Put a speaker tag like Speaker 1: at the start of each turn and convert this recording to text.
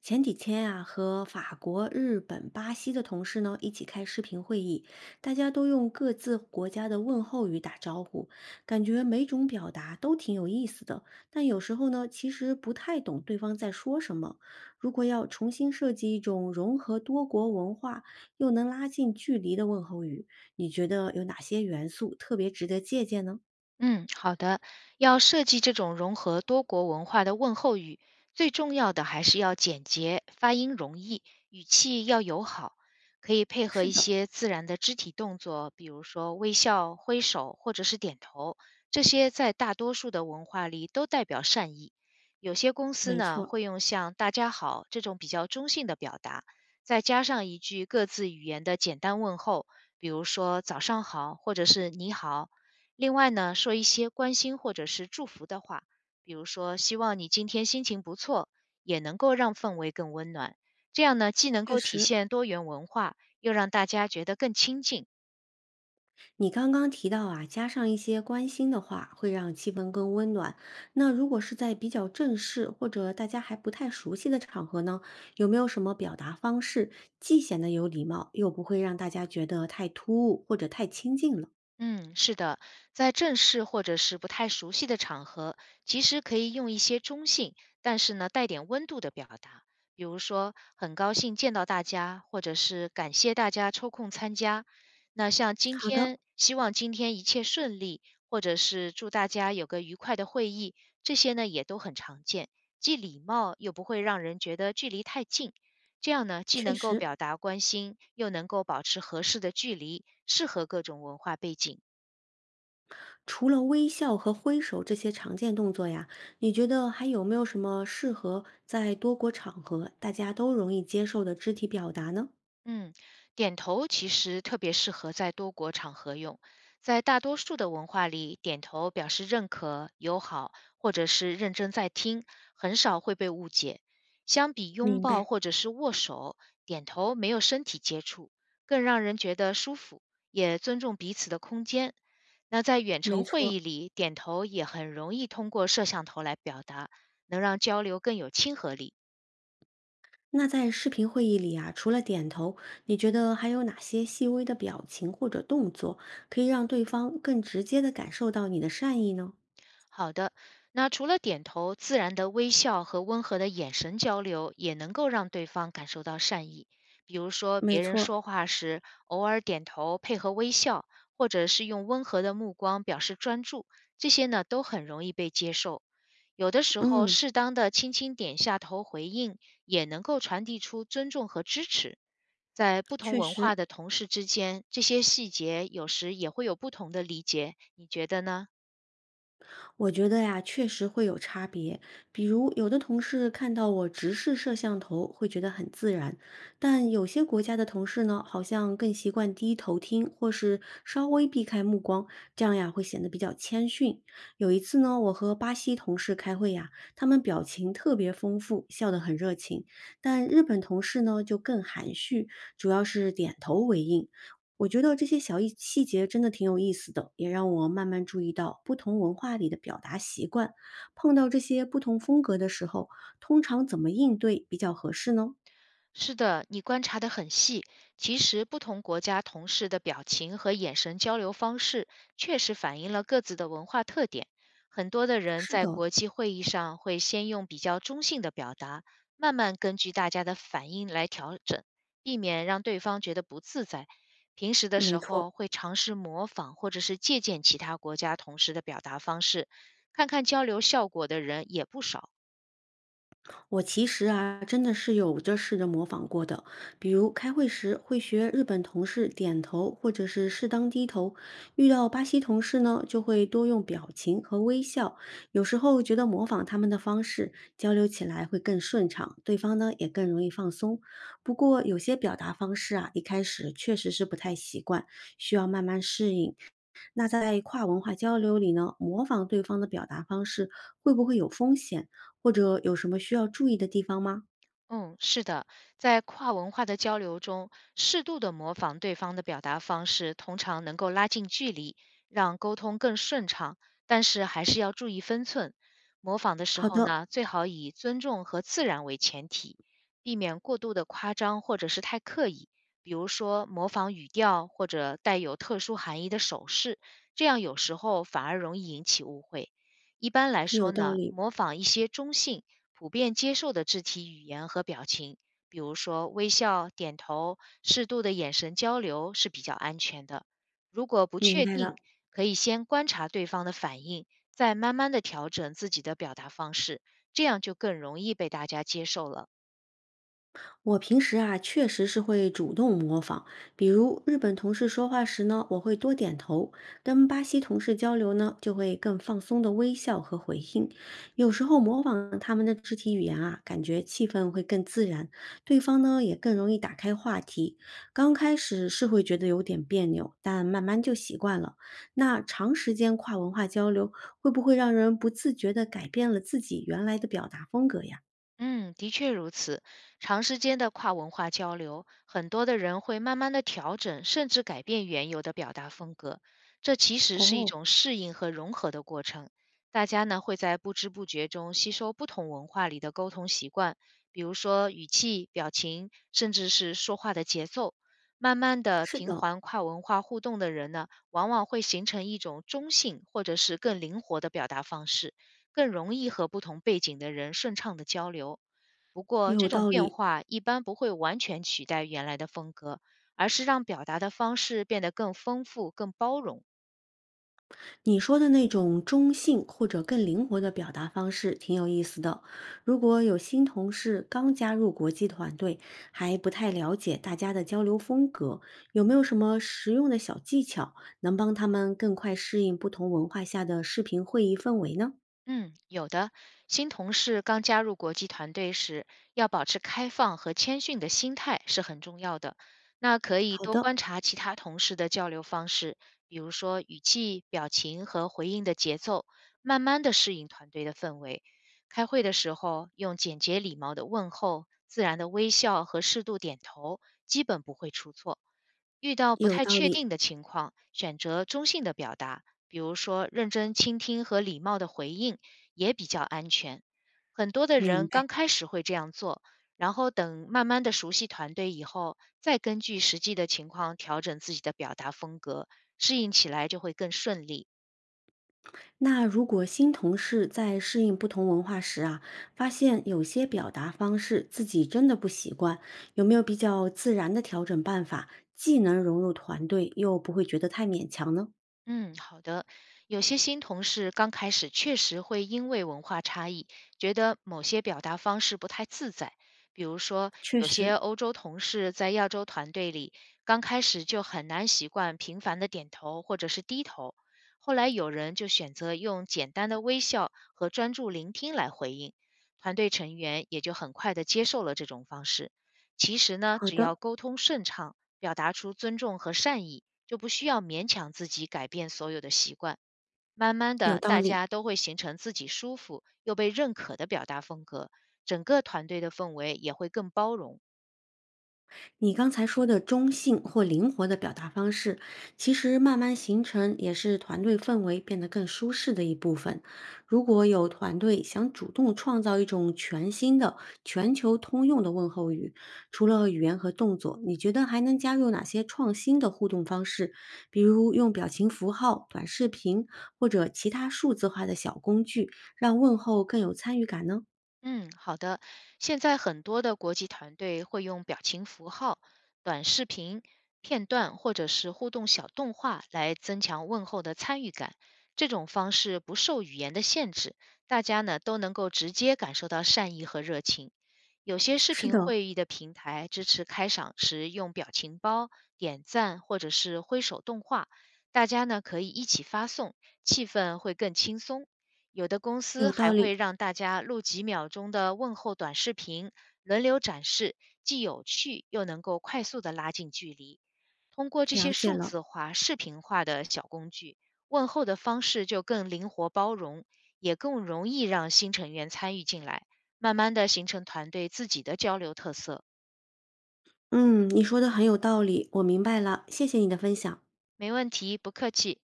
Speaker 1: 前几天啊，和法国、日本、巴西的同事呢一起开视频会议，大家都用各自国家的问候语打招呼，感觉每种表达都挺有意思的。但有时候呢，其实不太懂对方在说什么。如果要重新设计一种融合多国文化又能拉近距离的问候语，你觉得有哪些元素特别值得借鉴呢？
Speaker 2: 嗯，好的。要设计这种融合多国文化的问候语，最重要的还是要简洁、发音容易、语气要友好，可以配合
Speaker 1: 是
Speaker 2: 一
Speaker 1: 的，
Speaker 2: 些自然的肢体动作，比如说微笑、挥手或者是点头，这些在大多数的文化里都代表善意。有些公司
Speaker 1: 没
Speaker 2: 呢
Speaker 1: 错，
Speaker 2: 会用像"大家好"这种比较中性的表达，再加上一句各自语言的简单问候，比如说"早上好"或者是"你好"。另外呢，说一些关心或者是祝福的话，比如说希望你今天心情不错，也能够让氛围更温暖。这样呢，既能
Speaker 1: 确
Speaker 2: 够体
Speaker 1: 实，
Speaker 2: 现多元文化，又让大家觉得更亲近。
Speaker 1: 你刚刚提到啊，加上一些关心的话，会让气氛更温暖。那如果是在比较正式或者大家还不太熟悉的场合呢，有没有什么表达方式，既显得有礼貌，又不会让大家觉得太突兀或者太亲近了？
Speaker 2: 嗯，是的，在正式或者是不太熟悉的场合，其实可以用一些中性，但是呢带点温度的表达，比如说很高兴见到大家，或者是感谢大家抽空参加。那像今
Speaker 1: 好的，
Speaker 2: 天，希望今天一切顺利，或者是祝大家有个愉快的会议，这些呢也都很常见，既礼貌又不会让人觉得距离太近。这样呢，既
Speaker 1: 确
Speaker 2: 能够
Speaker 1: 实，
Speaker 2: 表达关心，又能够保持合适的距离，适合各种文化背景。
Speaker 1: 除了微笑和挥手这些常见动作呀，你觉得还有没有什么适合在多国场合大家都容易接受的肢体表达呢？
Speaker 2: 嗯，点头其实特别适合在多国场合用，在大多数的文化里，点头表示认可、友好，或者是认真在听，很少会被误解。相比拥
Speaker 1: 明
Speaker 2: 抱
Speaker 1: 白，
Speaker 2: 或者是握手，点头没有身体接触，更让人觉得舒服，也尊重彼此的空间。那在远
Speaker 1: 没
Speaker 2: 程会
Speaker 1: 错。
Speaker 2: 议里，点头也很容易通过摄像头来表达，能让交流更有亲和力。
Speaker 1: 那在视频会议里啊，除了点头，你觉得还有哪些细微的表情或者动作可以让对方更直接的感受到你的善意呢？
Speaker 2: 好的，那除了点头，自然的微笑和温和的眼神交流，也能够让对方感受到善意。比如说，
Speaker 1: 没
Speaker 2: 别人
Speaker 1: 错，
Speaker 2: 说话时，偶尔点头配合微笑，或者是用温和的目光表示专注，这些呢都很容易被接受。有的时候，
Speaker 1: 嗯，
Speaker 2: 适当的轻轻点下头回应，也能够传递出尊重和支持。在不同
Speaker 1: 确
Speaker 2: 文化
Speaker 1: 实，
Speaker 2: 的同事之间，这些细节有时也会有不同的理解，你觉得呢？
Speaker 1: 我觉得呀，确实会有差别。比如，有的同事看到我直视摄像头，会觉得很自然；但有些国家的同事呢，好像更习惯低头听，或是稍微避开目光，这样呀会显得比较谦逊。有一次呢，我和巴西同事开会呀，他们表情特别丰富，笑得很热情；但日本同事呢就更含蓄，主要是点头回应。我觉得这些小意细节真的挺有意思的，也让我慢慢注意到不同文化里的表达习惯。碰到这些不同风格的时候，通常怎么应对比较合适呢？
Speaker 2: 是的，你观察得很细。其实，不同国家同事的表情和眼神交流方式，确实反映了各自的文化特点。很多的人
Speaker 1: 是
Speaker 2: 在
Speaker 1: 的，
Speaker 2: 国际会议上会先用比较中性的表达，慢慢根据大家的反应来调整，避免让对方觉得不自在。平时的
Speaker 1: 没
Speaker 2: 时
Speaker 1: 错。
Speaker 2: 候会尝试模仿或者是借鉴其他国家同事的表达方式，看看交流效果的人也不少。
Speaker 1: 我其实啊，真的是有着试着模仿过的，比如开会时会学日本同事点头或者是适当低头，遇到巴西同事呢，就会多用表情和微笑。有时候觉得模仿他们的方式交流起来会更顺畅，对方呢也更容易放松。不过有些表达方式啊，一开始确实是不太习惯，需要慢慢适应。那在跨文化交流里呢，模仿对方的表达方式会不会有风险，或者有什么需要注意的地方吗？
Speaker 2: 嗯，是的，在跨文化的交流中，适度的模仿对方的表达方式，通常能够拉近距离，让沟通更顺畅。但是还是要注意分寸，模仿的时
Speaker 1: 好
Speaker 2: 候
Speaker 1: 的，
Speaker 2: 呢，最好以尊重和自然为前提，避免过度的夸张或者是太刻意。比如说模仿语调或者带有特殊含义的手势，这样有时候反而容易引起误会。一般来说
Speaker 1: 有道
Speaker 2: 呢，
Speaker 1: 理，
Speaker 2: 模仿一些中性。普遍接受的肢体语言和表情，比如说微笑、点头、适度的眼神交流是比较安全的。如果不
Speaker 1: 明
Speaker 2: 确
Speaker 1: 白
Speaker 2: 定，
Speaker 1: 了。
Speaker 2: 可以先观察对方的反应，再慢慢的调整自己的表达方式，这样就更容易被大家接受了。
Speaker 1: 我平时啊，确实是会主动模仿，比如日本同事说话时呢，我会多点头；跟巴西同事交流呢，就会更放松的微笑和回应。有时候模仿他们的肢体语言啊，感觉气氛会更自然，对方呢也更容易打开话题。刚开始是会觉得有点别扭，但慢慢就习惯了。那长时间跨文化交流，会不会让人不自觉地改变了自己原来的表达风格呀？
Speaker 2: 嗯，的确如此。长时间的跨文化交流，很多的人会慢慢的调整，甚至改变原有的表达风格。这其实是一
Speaker 1: 哦，
Speaker 2: 种适应和融合的过程。大家呢会在不知不觉中吸收不同文化里的沟通习惯，比如说语气、表情，甚至是说话的节奏。慢慢的，
Speaker 1: 是
Speaker 2: 频
Speaker 1: 的，
Speaker 2: 繁跨文化互动的人呢，往往会形成一种中性或者是更灵活的表达方式，更容易和不同背景的人顺畅的交流。不
Speaker 1: 也
Speaker 2: 过，
Speaker 1: 有
Speaker 2: 这种
Speaker 1: 道
Speaker 2: 变
Speaker 1: 理，
Speaker 2: 化一般不会完全取代原来的风格，而是让表达的方式变得更丰富、更包容。
Speaker 1: 你说的那种中性或者更灵活的表达方式挺有意思的。如果有新同事刚加入国际团队，还不太了解大家的交流风格，有没有什么实用的小技巧，能帮他们更快适应不同文化下的视频会议氛围呢？
Speaker 2: 嗯，有的。新同事刚加入国际团队时，要保持开放和谦逊的心态是很重要的。那可以
Speaker 1: 好
Speaker 2: 多
Speaker 1: 的，
Speaker 2: 观察其他同事的交流方式，比如说语气、表情和回应的节奏，慢慢的适应团队的氛围。开会的时候，用简洁礼貌的问候、自然的微笑和适度点头，基本不会出错。遇到不
Speaker 1: 有
Speaker 2: 太
Speaker 1: 道
Speaker 2: 确
Speaker 1: 理，
Speaker 2: 定的情况，选择中性的表达，比如说认真倾听和礼貌的回应，也比较安全。很多的
Speaker 1: 明
Speaker 2: 人
Speaker 1: 白。
Speaker 2: 刚开始会这样做，然后等慢慢的熟悉团队以后，再根据实际的情况调整自己的表达风格，适应起来就会更顺利。
Speaker 1: 那如果新同事在适应不同文化时啊，发现有些表达方式自己真的不习惯，有没有比较自然的调整办法，既能融入团队，又不会觉得太勉强呢？
Speaker 2: 嗯，好的。有些新同事刚开始确实会因为文化差异，觉得某些表达方式不太自在。比如说，
Speaker 1: 确
Speaker 2: 有些
Speaker 1: 实，
Speaker 2: 欧洲同事在亚洲团队里，刚开始就很难习惯频繁的点头或者是低头。后来有人就选择用简单的微笑和专注聆听来回应，团队成员也就很快的接受了这种方式。其实呢，
Speaker 1: 好
Speaker 2: 只要
Speaker 1: 的，
Speaker 2: 沟通顺畅，表达出尊重和善意。就不需要勉强自己改变所有的习惯。慢慢
Speaker 1: 有
Speaker 2: 的，
Speaker 1: 道
Speaker 2: 大
Speaker 1: 理。
Speaker 2: 家都会形成自己舒服又被认可的表达风格，整个团队的氛围也会更包容。
Speaker 1: 你刚才说的中性或灵活的表达方式，其实慢慢形成也是团队氛围变得更舒适的一部分。如果有团队想主动创造一种全新的、全球通用的问候语，除了语言和动作，你觉得还能加入哪些创新的互动方式？比如用表情符号、短视频或者其他数字化的小工具，让问候更有参与感呢？
Speaker 2: 嗯，好的。现在很多的国际团队会用表情符号、短视频片段或者是互动小动画来增强问候的参与感。这种方式不受语言的限制，大家呢都能够直接感受到善意和热情。有些视
Speaker 1: 是
Speaker 2: 频
Speaker 1: 的，
Speaker 2: 会议的平台支持开场时用表情包、点赞或者是挥手动画，大家呢可以一起发送，气氛会更轻松。有的公司
Speaker 1: 有道
Speaker 2: 还
Speaker 1: 理，
Speaker 2: 会让大家录几秒钟的问候短视频，轮流展示，既有趣又能够快速的拉近距离。通过这
Speaker 1: 了
Speaker 2: 些
Speaker 1: 解
Speaker 2: 数
Speaker 1: 了。
Speaker 2: 字化、视频化的小工具，问候的方式就更灵活包容，也更容易让新成员参与进来，慢慢的形成团队自己的交流特色。
Speaker 1: 嗯，你说的很有道理，我明白了，谢谢你的分享。
Speaker 2: 没问题，不客气。